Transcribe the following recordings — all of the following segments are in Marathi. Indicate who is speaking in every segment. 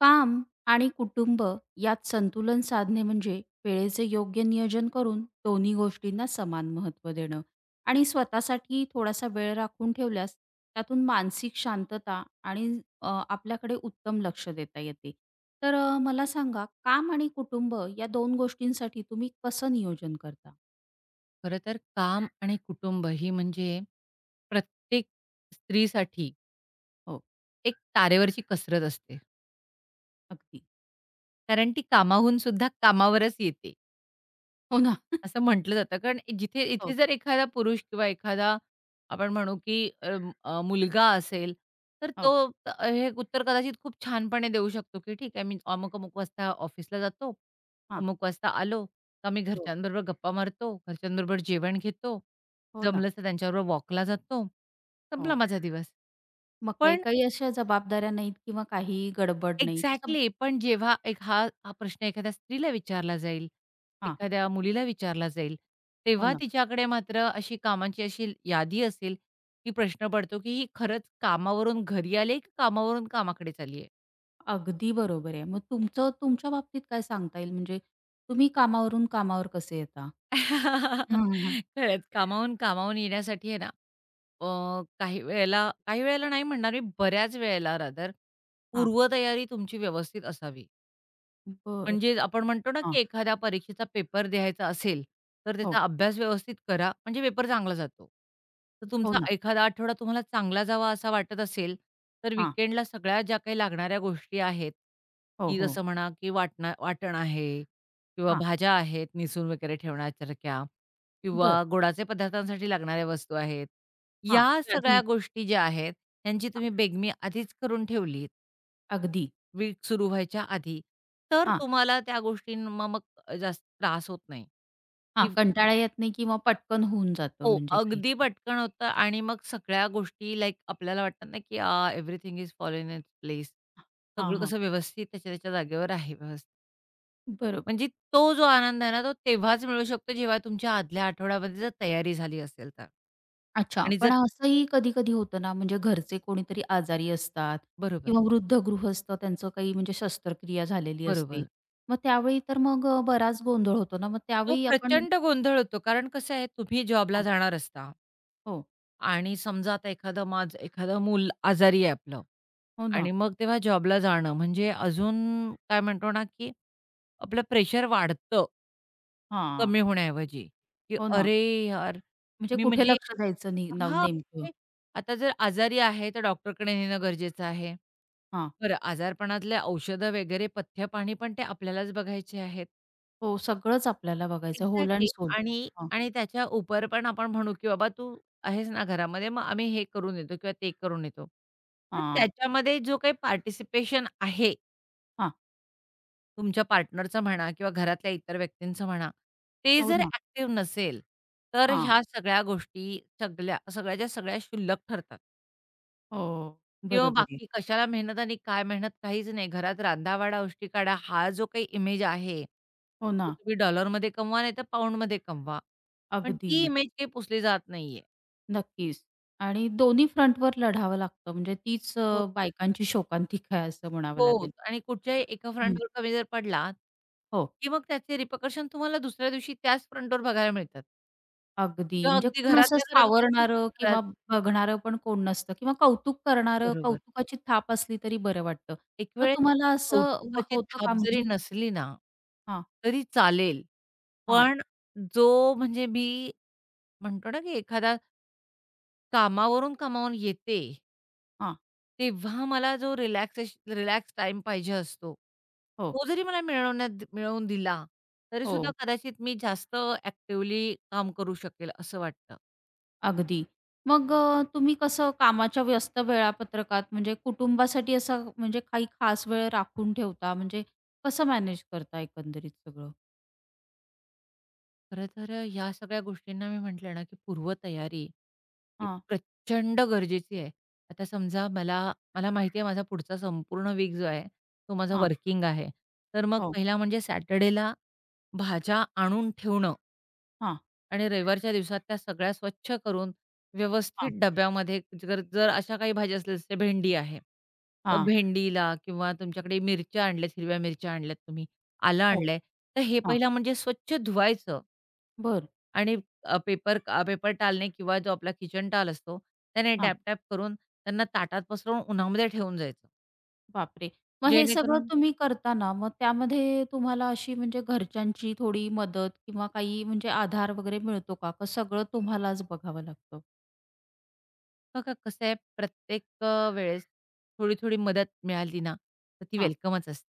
Speaker 1: काम आणि कुटुंब यात संतुलन साधणे म्हणजे वेळेचे योग्य नियोजन करून दोन्ही गोष्टींना समान महत्त्व देणं आणि स्वतःसाठी थोडासा वेळ राखून ठेवल्यास त्यातून मानसिक शांतता आणि आपल्याकडे उत्तम लक्ष देता येते. तर मला सांगा काम आणि कुटुंब या 2 गोष्टींसाठी तुम्ही कसं नियोजन करता?
Speaker 2: खरं तर काम आणि कुटुंब ही म्हणजे प्रत्येक स्त्रीसाठी
Speaker 1: हो,
Speaker 2: एक तारेवरची कसरत असते.
Speaker 1: अगदी.
Speaker 2: कारण ती कामाहून सुद्धा कामावरच येते.
Speaker 1: हो ना.
Speaker 2: असं म्हटलं जातं. कारण जिथे इथे
Speaker 1: हो,
Speaker 2: जर एखादा पुरुष किंवा एखादा आपण म्हणू की अ, अ, मुलगा असेल, तर तो
Speaker 1: हो.
Speaker 2: हे उत्तर कदाचित खूप छानपणे देऊ शकतो, की "ठीक आहे, मी अमुक-अमुक वाजता ऑफिसला जातो.
Speaker 1: हां.
Speaker 2: अमुक वाजता आलो का मी
Speaker 1: हो.
Speaker 2: घरच्यांबरोबर गप्पा मारतो, घरच्यांबरोबर जेवण घेतो,
Speaker 1: हो ना.
Speaker 2: जमलंच तर त्यांच्याबरोबर वॉकला जातो, संपला
Speaker 1: हो.
Speaker 2: माझा दिवस."
Speaker 1: मग काही
Speaker 2: पण
Speaker 1: काही अशा जबाबदाऱ्या नाहीत किंवा काही गडबड नाही. तसं
Speaker 2: एक्झॅक्टली. पण जेव्हा एक हा हा प्रश्न एखाद्या स्त्रीला विचारला जाईल,
Speaker 1: हां.
Speaker 2: एखाद्या मुलीला विचारला जाईल,
Speaker 1: हो
Speaker 2: तेव्हा
Speaker 1: ना.
Speaker 2: तिच्याकडे मात्र अशी कामांची अशी यादी असेल, की प्रश्न पडतो, की ही खरंच कामावरून घरी आली आहे, की कामावरून कामाकडे चालली आहे?
Speaker 1: अगदी बरोबर आहे. मग तुमचं तुमच्या बाबतीत काय सांगता येईल? म्हणजे तुम्ही कामावरून कामावर कसे येता? हां, हां, हां.
Speaker 2: खरंच कामाहून कामाहून येण्यासाठी आहे ना, अ, काही वेळेला नाही म्हणणार मी, बऱ्याच वेळेला रादर
Speaker 1: हां,
Speaker 2: पूर्वतयारी तुमची व्यवस्थित असावी. म्हणजे आपण म्हणतो ना,
Speaker 1: हां,
Speaker 2: की एखाद्या परीक्षेचा पेपर द्यायचा असेल, तर त्याचा
Speaker 1: हो,
Speaker 2: अभ्यास व्यवस्थित करा, म्हणजे पेपर चांगला जातो. तर
Speaker 1: हो
Speaker 2: तुमचा
Speaker 1: ना.
Speaker 2: एखादा आठवडा तुम्हाला चांगला जावा असा वाटत असेल, तर
Speaker 1: हां,
Speaker 2: वीकेंडला सगळ्या ज्या काही लागणाऱ्या गोष्टी आहेत,
Speaker 1: हो,
Speaker 2: की
Speaker 1: हो.
Speaker 2: जसं म्हणा, की वाटण आहे किंवा
Speaker 1: हां,
Speaker 2: भाज्या आहेत निसून वगैरे ठेवण्यासारख्या
Speaker 1: बर,
Speaker 2: किंवा गोडाचे पदार्थांसाठी लागणाऱ्या वस्तू आहेत.
Speaker 1: हां,
Speaker 2: या
Speaker 1: तर
Speaker 2: सगळ्या
Speaker 1: आधी
Speaker 2: गोष्टी ज्या आहेत, त्यांची
Speaker 1: हां,
Speaker 2: तुम्ही बेगमी आधीच करून ठेवलीत
Speaker 1: अगदी.
Speaker 2: वीक सुरू व्हायच्या आधी. तर
Speaker 1: हां,
Speaker 2: तुम्हाला त्या गोष्टींना मग जास्त त्रास होत नाही.
Speaker 1: हां,
Speaker 2: इव्ह
Speaker 1: कंटाळा येत नाही किंवा पटकन होऊन जातं
Speaker 2: हो,
Speaker 1: म्हणजे काही.
Speaker 2: अगदी
Speaker 1: हां,
Speaker 2: पटकन होतं आणि मग सगळ्या गोष्टी लाइक आपल्याला वाटतात ना, की everything is following in its place.
Speaker 1: हां,
Speaker 2: सगळं
Speaker 1: हां,
Speaker 2: कसं व्यवस्थित त्याच्या त्याच्या जागेवर आहे व्यवस्थित.
Speaker 1: बरोबर.
Speaker 2: म्हणजे तो जो आनंद आहे ना, तो तेव्हाच मिळू शकतो जेव्हा तुमच्या आदल्या आठवड्यामध्ये जर तयारी झाली असेल तर.
Speaker 1: अच्छा.
Speaker 2: आणि जर
Speaker 1: पण असंही कधी-कधी होतं ना, म्हणजे घरचे कोणीतरी आजारी असतात
Speaker 2: बरोबर,
Speaker 1: किंवा वृद्ध गृहस्थ त्यांचं काही म्हणजे शस्त्रक्रिया झालेली असते.
Speaker 2: बरोबर.
Speaker 1: मग त्यावेळी तर मग बराच गोंधळ होतो ना, मग
Speaker 2: तो
Speaker 1: त्यावेळी आपण
Speaker 2: प्रचंड गोंधळ होतो. कारण कसं आहे तुम्ही जॉबला
Speaker 1: हां.
Speaker 2: जाणार असता.
Speaker 1: हो.
Speaker 2: आणि समजा आता माझं एखादं मूल आजारी आहे आपलं
Speaker 1: हो
Speaker 2: आणि
Speaker 1: ना.
Speaker 2: मग तेव्हा जॉबला जाणं म्हणजे अजून काय म्हणतो ना, की आपलं प्रेशर वाढतं.
Speaker 1: हां.
Speaker 2: कमी होण्याऐवजी, की
Speaker 1: हो ना.
Speaker 2: "अरे यार!"
Speaker 1: म्हणजे
Speaker 2: मी
Speaker 1: कुठे
Speaker 2: म्हणजे
Speaker 1: लक्ष द्यायचं नी नव
Speaker 2: हां,
Speaker 1: नेमकं?
Speaker 2: म्हणजे आता जर आजारी आहे, तर डॉक्टरकडे नेणं गरजेचं आहे.
Speaker 1: हां.
Speaker 2: बरं आजारपणातले औषधं वगैरे पथ्यपाणी पण ते आपल्यालाच बघायचे आहेत.
Speaker 1: हो, सगळंच आपल्याला बघायचं होल अँड
Speaker 2: एक्झॅक्टली.
Speaker 1: सोल.
Speaker 2: आणि
Speaker 1: हां.
Speaker 2: आणि त्याच्या उपर पण आपण म्हणू, की "बाबा तू आहेस ना घरामध्ये, मग आम्ही हे करून येतो किंवा ते करून येतो." तर
Speaker 1: हां.
Speaker 2: त्याच्यामध्ये जो काही पार्टिसिपेशन आहे
Speaker 1: हां.
Speaker 2: तुमच्या पार्टनरचं म्हणा किंवा घरातल्या इतर व्यक्तींचं म्हणा, ते
Speaker 1: हो
Speaker 2: जर
Speaker 1: ना.
Speaker 2: ॲक्टिव्ह नसेल, तर
Speaker 1: हां.
Speaker 2: ह्या सगळ्या गोष्टी सगळ्या क्षुल्लक ठरतात.
Speaker 1: हो.
Speaker 2: किंवा
Speaker 1: बरोबर आहे.
Speaker 2: बाकी कशाला मेहनत आणि काय मेहनत काहीच नाही. घरात रांधा-वाढा, उष्टी काढा हा जो काही इमेज आहे,
Speaker 1: हो
Speaker 2: तो
Speaker 1: ना.
Speaker 2: तुम्ही डॉलरमध्ये कमवा नाहीतर पाऊंडमध्ये कमवा. पण
Speaker 1: अगदी.
Speaker 2: ती इमेज काही पुसली जात नाहीये.
Speaker 1: नक्कीच. आणि दोन्ही फ्रंटवर लढावं लागतं म्हणजे तीच
Speaker 2: हो.
Speaker 1: बायकांची शोकांतिका आहे असं म्हणावं
Speaker 2: हो
Speaker 1: लागेल.
Speaker 2: आणि कुठच्याही एका
Speaker 1: हं.
Speaker 2: फ्रंटवर कमी जर पडला,
Speaker 1: हो,
Speaker 2: की मग त्याचे रिपरकशन तुम्हाला दुसऱ्या दिवशी त्याच फ्रंटवर बघायला मिळतात.
Speaker 1: अगदी.
Speaker 2: किंवा
Speaker 1: म्हणजे
Speaker 2: अगदी
Speaker 1: कोण असं
Speaker 2: घरातल्या घरात असेल तर
Speaker 1: सावरणारं
Speaker 2: घरात
Speaker 1: किंवा बघणारं पण कोण नसतं किंवा कौतुक करणारं,
Speaker 2: बरोबर.
Speaker 1: कौतुकाची थाप असली तरी बरं वाटतं.
Speaker 2: एक
Speaker 1: तर
Speaker 2: वेळेस
Speaker 1: तुम्हाला असं व-
Speaker 2: कौतुकाची
Speaker 1: होतं
Speaker 2: थाप
Speaker 1: का
Speaker 2: जरी
Speaker 1: म्हणजे
Speaker 2: नसली ना,
Speaker 1: हां,
Speaker 2: तरी चालेल.
Speaker 1: हां,
Speaker 2: पण जो म्हणजे मी म्हणतो ना, की एखादा कामावरून कामावरून येते,
Speaker 1: हां.
Speaker 2: तेव्हा मला जो रिलॅक्स टाईम पाहिजे असतो,
Speaker 1: हो,
Speaker 2: तो जरी मला मिळवून दिला, तरीसुद्धा
Speaker 1: हो.
Speaker 2: कदाचित मी जास्त ॲक्टिव्हली काम करू शकेल असं वाटतं.
Speaker 1: अगदी. मग तुम्ही कसं कामाच्या व्यस्त वेळापत्रकात म्हणजे कुटुंबासाठी असा म्हणजे काही खास वेळ राखून ठेवता? म्हणजे कसं मॅनेज करता एकंदरीत सगळं?
Speaker 2: खरं तर ह्या सगळ्या गोष्टींना मी म्हटलं ना, की पूर्वतयारी ती
Speaker 1: हां,
Speaker 2: प्रचंड गरजेची आहे. आता समजा मला मला माहिती आहे माझा पुढचा संपूर्ण वीक जो आहे, तो माझा
Speaker 1: हां.
Speaker 2: वर्किंग आहे. तर मग
Speaker 1: हो.
Speaker 2: पहिला म्हणजे सॅटर्डेला भाज्या आणून ठेवणं
Speaker 1: हां,
Speaker 2: आणि रविवारच्या दिवसात त्या सगळ्या स्वच्छ करून
Speaker 1: हां,
Speaker 2: व्यवस्थित डब्यामध्ये जर जर अशा काही भाज्या असल्या जसे भेंडी आहे, तर
Speaker 1: हां.
Speaker 2: भेंडीला किंवा तुमच्याकडे मिरच्या आणल्यात, हिरव्या मिरच्या आणल्यात तुम्ही, आलं
Speaker 1: हो.
Speaker 2: आणलंय, तर हे
Speaker 1: हां.
Speaker 2: पहिला म्हणजे स्वच्छ धुवायचं.
Speaker 1: बरं.
Speaker 2: आणि पेपर टॉलने किंवा जो आपला किचन टाल असतो, त्याने
Speaker 1: हां.
Speaker 2: डॅप-डॅप करून त्यांना ताटात पसरवून उन्हामध्ये ठेवून जायचं.
Speaker 1: बापरे! मग हे सगळं
Speaker 2: जेणेकरून
Speaker 1: तुम्ही करता मग त्यामध्ये तुम्हाला अशी म्हणजे घरच्यांची थोडी मदत किंवा काही म्हणजे आधार वगैरे मिळतो का? का सगळं तुम्हालाच बघावं लागतं?
Speaker 2: बघा कसं आहे प्रत्येक वेळेस थोडी-थोडी मदत मिळाली ना, तर ती
Speaker 1: हां.
Speaker 2: वेलकमच असते.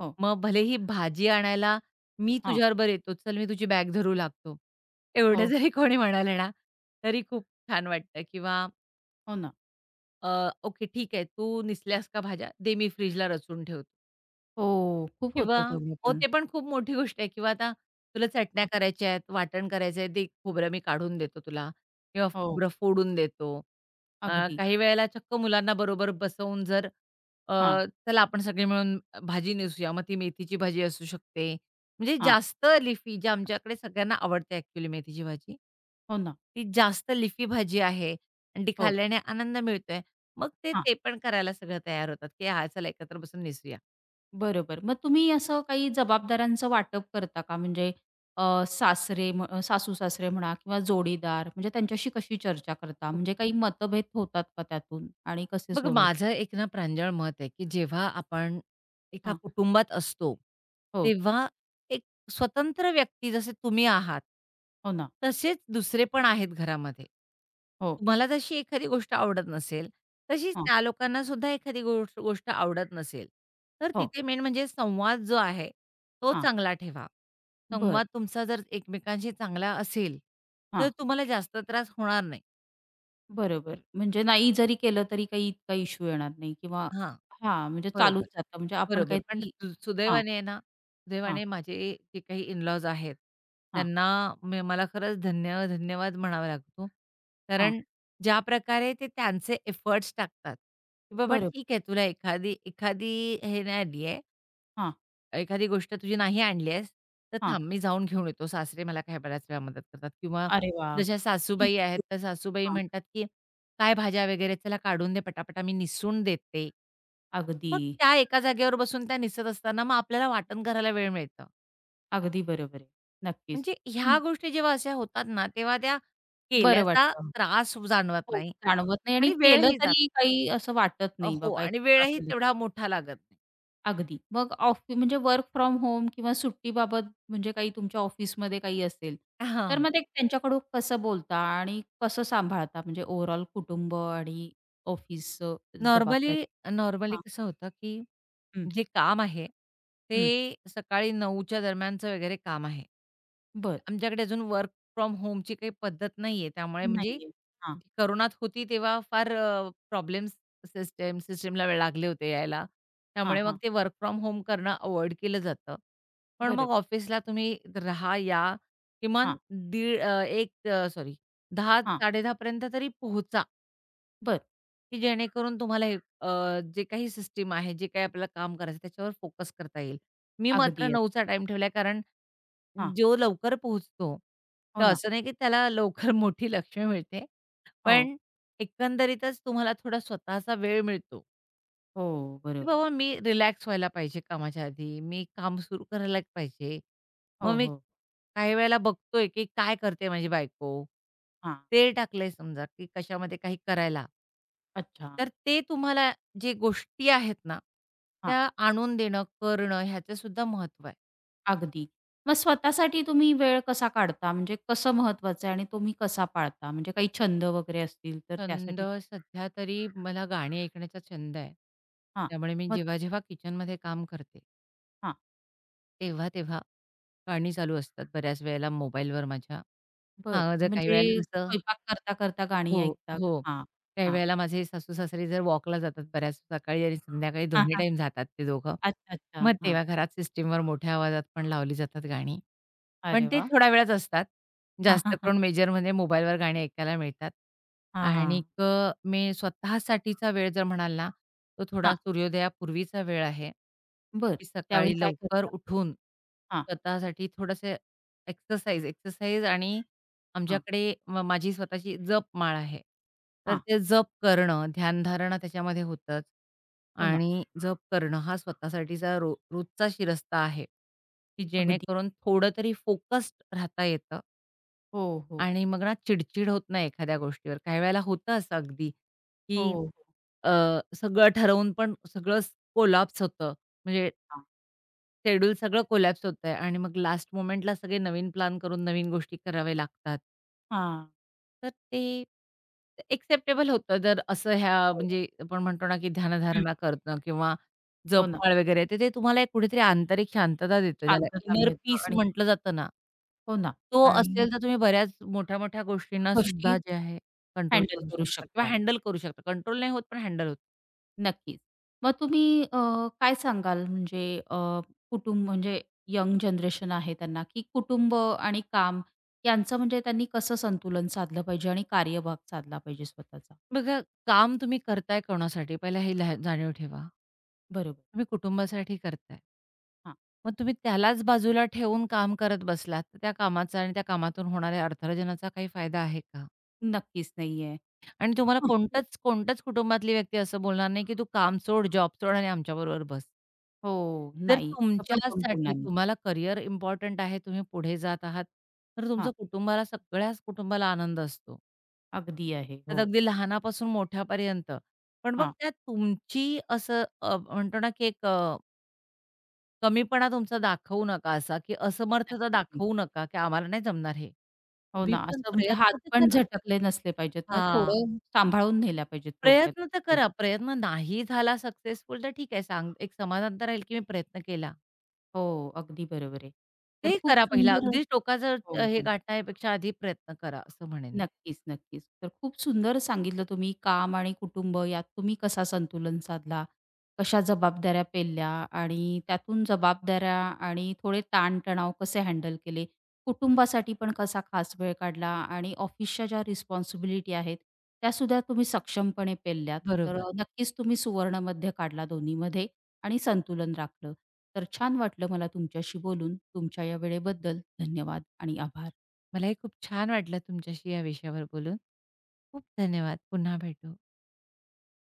Speaker 1: हो.
Speaker 2: मग भलेही भाजी आणायला मी
Speaker 1: हां.
Speaker 2: तुझ्याबरोबर येतो, चल मी तुझी बॅग धरू लागतो. एवढं
Speaker 1: हो, हो.
Speaker 2: जरी कोणी म्हणाले ना, तरी खूप छान वाटतं किंवा
Speaker 1: हो ना.
Speaker 2: अ, ओके ठीक आहे, तू निसल्यास का भाज्या? दे मी फ्रिजला रचून ठेवतो.
Speaker 1: हो. खूप
Speaker 2: किंवा
Speaker 1: होतं तेव्हा
Speaker 2: हो,
Speaker 1: पण.
Speaker 2: ते पण खूप मोठी गोष्ट आहे किंवा आता तुला चटण्या
Speaker 1: हां.
Speaker 2: करायच्या आहेत, वाटण करायचं आहे, ते खोबरं मी काढून देतो तुला किंवा
Speaker 1: हो.
Speaker 2: खोबरं फोडून देतो. अ,
Speaker 1: अगदी.
Speaker 2: काही वेळेला चक्क मुलांना बरोबर बसवून अ,
Speaker 1: हां,
Speaker 2: चला आपण सगळे मिळून भाजी नेसूया, मग ती मेथीची भाजी असू शकते. म्हणजे
Speaker 1: हां.
Speaker 2: जास्त लिफी जी आमच्याकडे सगळ्यांना आवडते ॲक्चुअली मेथीची भाजी,
Speaker 1: हो ना.
Speaker 2: ती जास्त लिफी भाजी आहे आणि ती
Speaker 1: हो.
Speaker 2: खाल्ल्याने आनंद मिळतोय. मग ते
Speaker 1: हां.
Speaker 2: ते पण करायला सगळं तयार होतात, की "हां, चला एकत्र बसून नेसूया."
Speaker 1: बरोबर. मग तुम्ही असं काही जबाबदाऱ्यांचं वाटप करता का? म्हणजे सासरे म्ह सासू-सासरे म्हणा किंवा जोडीदार म्हणजे त्यांच्याशी कशी चर्चा करता? म्हणजे काही मतभेद होतात का त्यातून आणि कसे
Speaker 2: बघ
Speaker 1: सोडवतात?
Speaker 2: माझं एक ना प्रांजळ मत आहे, की जेव्हा आपण एका
Speaker 1: हां.
Speaker 2: कुटुंबात असतो,
Speaker 1: हो.
Speaker 2: तेव्हा एक स्वतंत्र व्यक्ती जसे तुम्ही आहात,
Speaker 1: हो ना.
Speaker 2: तसेच दुसरे पण आहेत घरामध्ये.
Speaker 1: हो.
Speaker 2: तुम्हाला जशी एखादी गोष्ट आवडत नसेल, तशीच
Speaker 1: हां.
Speaker 2: त्या लोकांना सुद्धा एखादी गोष्ट गोष्ट आवडत नसेल. तर
Speaker 1: हो.
Speaker 2: तिथे मेन म्हणजे संवाद जो आहे, तो
Speaker 1: हां.
Speaker 2: चांगला ठेवा.
Speaker 1: बरं.
Speaker 2: संवाद तुमचा जर एकमेकांशी चांगला असेल, तर
Speaker 1: हां.
Speaker 2: तुम्हाला जास्त त्रास होणार नाही.
Speaker 1: बरोबर. म्हणजे नाही जरी केलं तरी काही इतका इश्यू येणार नाही किंवा
Speaker 2: हां.
Speaker 1: हां, म्हणजे चालूच
Speaker 2: बरोबर.
Speaker 1: जातं म्हणजे आपण
Speaker 2: बरोबर. पण
Speaker 1: काहीतरी हां,
Speaker 2: सुदैवाने आहे ना,
Speaker 1: हां,
Speaker 2: सुदैवाने माझे जे काही इन-लॉज आहेत,
Speaker 1: हां,
Speaker 2: त्यांना मला खरंच धन्यवाद म्हणावा लागतो.
Speaker 1: हां.
Speaker 2: कारण ज्या प्रकारे ते त्यांचे एफर्ट्स टाकतात, की "बाबा
Speaker 1: बरोबर.
Speaker 2: ठीक आहे, तुला एखादी एखादी हे नाही आली
Speaker 1: हां,
Speaker 2: एखादी गोष्ट तुझी नाही आणली आहेस, तर
Speaker 1: हां.
Speaker 2: थांब मी जाऊन घेऊन येतो. सासरे मला काही बऱ्याच वेळा मदत करतात किंवा
Speaker 1: अरे वाह!
Speaker 2: जशा सासूबाई आहेत,
Speaker 1: इच्छुक.
Speaker 2: तर सासूबाई
Speaker 1: हां,
Speaker 2: म्हणतात, की "काय भाज्या वगैरे चला काढून दे पटापटा मी निसून देते."
Speaker 1: अगदी,
Speaker 2: मग त्या एका जागेवर बसून त्या निसत असताना मग आपल्याला वाटण करायला वेळ मिळतं.
Speaker 1: अगदी बरोबर आहे. नक्कीच.
Speaker 2: म्हणजे ह्या
Speaker 1: हं,
Speaker 2: गोष्टी जेव्हा अशा होतात ना, तेव्हा त्या
Speaker 1: बरं
Speaker 2: केल्याचा
Speaker 1: वाटतं.
Speaker 2: त्रास जाणवत
Speaker 1: हो,
Speaker 2: नाही
Speaker 1: जाणवत नाही आणि
Speaker 2: आणि
Speaker 1: केलं तरी काही असं वाटत नाही
Speaker 2: हो
Speaker 1: बाबा
Speaker 2: आणि
Speaker 1: एक्स्ट्रा
Speaker 2: वेळही
Speaker 1: केलं.
Speaker 2: तेवढा मोठा लागत नाही.
Speaker 1: अगदी. मग ऑफ म्हणजे वर्क फ्रॉम होम किंवा सुट्टीबाबत म्हणजे काही तुमच्या ऑफिसमध्ये काही असेल, तर
Speaker 2: हां.
Speaker 1: मग ते त्यांच्याकडून कसं बोलता आणि कसं सांभाळता म्हणजे ओव्हरऑल कुटुंब आणि ऑफिसचं
Speaker 2: नॉर्मली
Speaker 1: जबाबदारी?
Speaker 2: नॉर्मली
Speaker 1: हां,
Speaker 2: कसं होतं, की
Speaker 1: हं,
Speaker 2: जे काम आहे,
Speaker 1: हं.
Speaker 2: ते सकाळी 9च्या दरम्यानचं वगैरे काम आहे.
Speaker 1: बरं.
Speaker 2: आमच्याकडे अजून वर्क फ्रॉम होमची काही पद्धत नाहीये. त्यामुळे म्हणजे
Speaker 1: नाहीये. हां,
Speaker 2: कोरोनात होती तेव्हा फार प्रॉब्लेम्स सिस्टमला वेळ लागले होते यायला.
Speaker 1: हां,
Speaker 2: त्यामुळे मग
Speaker 1: हां.
Speaker 2: ते वर्क फ्रॉम होम करणं अव्हॉइड केलं जातं. पण मग
Speaker 1: बरोबर.
Speaker 2: ऑफिसला तुम्ही राहा, या किमान
Speaker 1: हां,
Speaker 2: दीड अ, 1 सॉरी 10,
Speaker 1: हां.
Speaker 2: 10:30 तरी पोहोचा.
Speaker 1: बरं.
Speaker 2: की जेणेकरून तुम्हाला हे जे काही सिस्टम आहे, जे काही आपल्याला काम करायचं आहे, त्याच्यावर फोकस करता येईल. मी मात्र
Speaker 1: अगदी, अगदी.
Speaker 2: 9चा टाइम ठेवलाय कारण
Speaker 1: हां.
Speaker 2: जो लवकर पोहोचतो, तर
Speaker 1: हो ना.
Speaker 2: असं नाही की त्याला लवकर मोठी लक्ष्य मिळते.
Speaker 1: हो,
Speaker 2: पण एकंदरीतच तुम्हाला थोडा स्वतःचा वेळ मिळतो,
Speaker 1: हो,
Speaker 2: की
Speaker 1: बरोबर.
Speaker 2: बाबा मी रिलॅक्स व्हायला पाहिजे कामाच्या आधी. मी काम सुरू करायला पाहिजे. मग
Speaker 1: हो,
Speaker 2: मी
Speaker 1: हो.
Speaker 2: काही वेळेला बघतोय, की काय करते माझी बायको?
Speaker 1: हां,
Speaker 2: तेल टाकलंय समजा, की कशामध्ये काही करायला.
Speaker 1: अच्छा.
Speaker 2: तर ते तुम्हाला जे गोष्टी आहेत ना,
Speaker 1: हां,
Speaker 2: त्या आणून देणं, करणं ह्याचं सुद्धा महत्त्व आहे.
Speaker 1: अगदी. मग स्वतःसाठी तुम्ही वेळ कसा काढता? म्हणजे कसं महत्वाचं आहे आणि तुम्ही कसा पाळता? म्हणजे काही छंद वगैरे असतील तर
Speaker 2: छंद
Speaker 1: त्यासाठी काय?
Speaker 2: सध्या तरी मला गाणी ऐकण्याचा छंद आहे.
Speaker 1: हां,
Speaker 2: त्यामुळे मी
Speaker 1: मग
Speaker 2: जेव्हा-जेव्हा किचनमध्ये काम करते,
Speaker 1: हां,
Speaker 2: तेव्हा-तेव्हा गाणी चालू असतात बऱ्याच वेळेला मोबाईलवर माझ्या.
Speaker 1: बरं.
Speaker 2: हां, जर काही
Speaker 1: म्हणजे
Speaker 2: वेळेला जसं
Speaker 1: स्वयंपाक करता-करता गाणी
Speaker 2: हो,
Speaker 1: ऐकता?
Speaker 2: हो.
Speaker 1: हां,
Speaker 2: काही
Speaker 1: हां.
Speaker 2: वेळेला माझे सासू-सासरे जर वॉकला जातात बऱ्याच सकाळी आणि संध्याकाळी
Speaker 1: हां,
Speaker 2: दोन्ही
Speaker 1: हां.
Speaker 2: टाईम जातात ते दोघं.
Speaker 1: अच्छा, अच्छा.
Speaker 2: मग
Speaker 1: हां.
Speaker 2: तेव्हा घरात सिस्टीमवर मोठ्या आवाजात पण लावली जातात गाणी. पण
Speaker 1: अरे
Speaker 2: ते
Speaker 1: वाह!
Speaker 2: थोड्या वेळाच असतात. जास्त करून मेजरमध्ये मोबाईलवर गाणी ऐकायला मिळतात.
Speaker 1: हां, हां, हां. हां,
Speaker 2: आणि
Speaker 1: हां.
Speaker 2: मी स्वतःसाठीचा वेळ जर म्हणाल ना, तो थोडा
Speaker 1: हां,
Speaker 2: सूर्योदयापूर्वीचा वेळ आहे.
Speaker 1: बरं.
Speaker 2: की
Speaker 1: त्यावेळी
Speaker 2: सकाळी
Speaker 1: काय
Speaker 2: लवकर
Speaker 1: करता?
Speaker 2: उठून
Speaker 1: हां,
Speaker 2: स्वतःसाठी थोडंसं एक्सरसाइज आणि
Speaker 1: हां,
Speaker 2: आमच्याकडे माझी स्वतःची जपमाळ आहे. तर
Speaker 1: हां.
Speaker 2: ते जप करणं, ध्यानधारणा त्याच्यामध्ये होतंच
Speaker 1: हो ना.
Speaker 2: आणि जप करणं हा स्वतःसाठीचा रोजचा शिरस्ता आहे, की
Speaker 1: अगदी.
Speaker 2: जेणेकरून थोडं तरी फोकस्ड राहता येतं
Speaker 1: हो, हो.
Speaker 2: आणि मग ना चिडचिड होत नाही एखाद्या गोष्टीवर. काही वेळेला होतं असं अगदी,
Speaker 1: हो,
Speaker 2: की
Speaker 1: हो.
Speaker 2: अ, सगळं ठरवून पण सगळंच कोलॅप्स होतं. म्हणजे
Speaker 1: हां,
Speaker 2: शेड्यूल सगळं कोलॅप्स होतंय आणि मग लास्ट मोमेंटला सगळे नवीन प्लॅन करून नवीन गोष्टी कराव्या लागतात.
Speaker 1: हां.
Speaker 2: तर ते एक्सेप्टेबल होतं जर असं ह्या
Speaker 1: हो.
Speaker 2: म्हणजे आपण म्हणतो ना, की
Speaker 1: हं.
Speaker 2: ध्यानधारणा करणं किंवा
Speaker 1: हो ना.
Speaker 2: जपमाळ वगैरे तर ते तुम्हाला एक कुठेतरी आंतरिक शांतता देतं. ज्याला
Speaker 1: शांतता
Speaker 2: इनर पीस
Speaker 1: मिळतं आणि
Speaker 2: म्हटलं जातं ना,
Speaker 1: हो ना
Speaker 2: तो
Speaker 1: आणि
Speaker 2: असेल तर तुम्ही बऱ्याच मोठ्या-मोठ्या गोष्टींना सुद्धा
Speaker 1: गोष्टी
Speaker 2: जे आहे कंट्रोल
Speaker 1: हँडल
Speaker 2: करू
Speaker 1: करू
Speaker 2: शकता किंवा
Speaker 1: शकता.
Speaker 2: हँडल करू शकता. कंट्रोल नाही होत, पण हँडल होतं.
Speaker 1: नक्कीच. मग तुम्ही काय सांगाल म्हणजे अ, कुटुंब म्हणजे यंग जनरेशन आहे त्यांना, की कुटुंब आणि काम यांचं म्हणजे त्यांनी कसं संतुलन साधलं पाहिजे आणि कार्यभाग साधला पाहिजे स्वतःचा?
Speaker 2: बघा काम तुम्ही करताय कोणासाठी पहिला हे जाणीव ठेवा.
Speaker 1: बरोबर.
Speaker 2: तुम्ही कुटुंबासाठी करताय.
Speaker 1: हां.
Speaker 2: मग तुम्ही त्यालाच बाजूला ठेवून काम करत बसलात, तर त्या कामाचा आणि त्या कामातून होणाऱ्या अर्थार्जनाचा काही फायदा आहे का?
Speaker 1: नक्कीच नाहीये.
Speaker 2: आणि तुम्हाला कोणतंच कोणतंच कुटुंबातली व्यक्ती असं बोलणार नाही, की "तू काम सोड, जॉब सोड आणि आमच्याबरोबर बस."
Speaker 1: हो,
Speaker 2: जर
Speaker 1: नाही. असं पण कोण
Speaker 2: तुमच्यासाठी
Speaker 1: बोलणार नाही.
Speaker 2: तुम्हाला करियर इम्पोर्टंट आहे, तुम्ही पुढे जात आहात, तर तुमचं
Speaker 1: हां,
Speaker 2: कुटुंबाला सगळ्याच कुटुंबाला आनंद असतो.
Speaker 1: अगदी आहे.
Speaker 2: त्यात
Speaker 1: हो.
Speaker 2: अगदी लहानापासून मोठ्यापर्यंत. पण मग
Speaker 1: हां,
Speaker 2: त्यात तुमची असं म्हणतो ना, की एक कमीपणा तुमचा दाखवू नका असा, की असमर्थता
Speaker 1: नक्कीच. नाही.
Speaker 2: दाखवू नका, की आम्हाला नाही जमणार हे.
Speaker 1: हो
Speaker 2: तुम्ही
Speaker 1: ना,
Speaker 2: पण
Speaker 1: असं म्हणजे हात
Speaker 2: प्रयत्न तर
Speaker 1: पण
Speaker 2: करा.
Speaker 1: झटकले नसले पाहिजेत. मग
Speaker 2: हां,
Speaker 1: थोडं सांभाळून नेल्या पाहिजेत थोडक्यात.
Speaker 2: प्रयत्न तर करा. प्रयत्न नाही झाला सक्सेसफुल तर ठीक आहे. सांग एक समाधान तर राहील, की मी प्रयत्न केला.
Speaker 1: हो, अगदी बरोबर आहे.
Speaker 2: ते
Speaker 1: तर खूप
Speaker 2: करा पहिला.
Speaker 1: सुंदर
Speaker 2: अगदीच टोकाचं
Speaker 1: हो,
Speaker 2: हे
Speaker 1: हो.
Speaker 2: गाठण्यापेक्षा आधी प्रयत्न करा असं म्हणेन मी.
Speaker 1: नक्कीच, नक्कीच. तर खूप सुंदर सांगितलं तुम्ही काम आणि कुटुंब यात तुम्ही कसा संतुलन साधला, कशा जबाबदाऱ्या पेलल्या आणि त्यातून जबाबदाऱ्या आणि थोडे ताण-तणाव कसे हँडल केले. कुटुंबासाठी पण कसा खास वेळ काढला आणि ऑफिसच्या ज्या रिस्पॉन्सिबिलिटी आहेत, त्यासुद्धा तुम्ही सक्षमपणे पेलल्यात. तर
Speaker 2: बरोबर.
Speaker 1: नक्कीच तुम्ही सुवर्णमध्य काढला दोन्हीमध्ये आणि संतुलन राखलं. तर छान वाटलं मला तुमच्याशी बोलून. तुमच्या या वेळेबद्दल धन्यवाद आणि आभार.
Speaker 2: मलाही खूप छान वाटलं तुमच्याशी या विषयावर बोलून. खूप धन्यवाद. पुन्हा भेटू.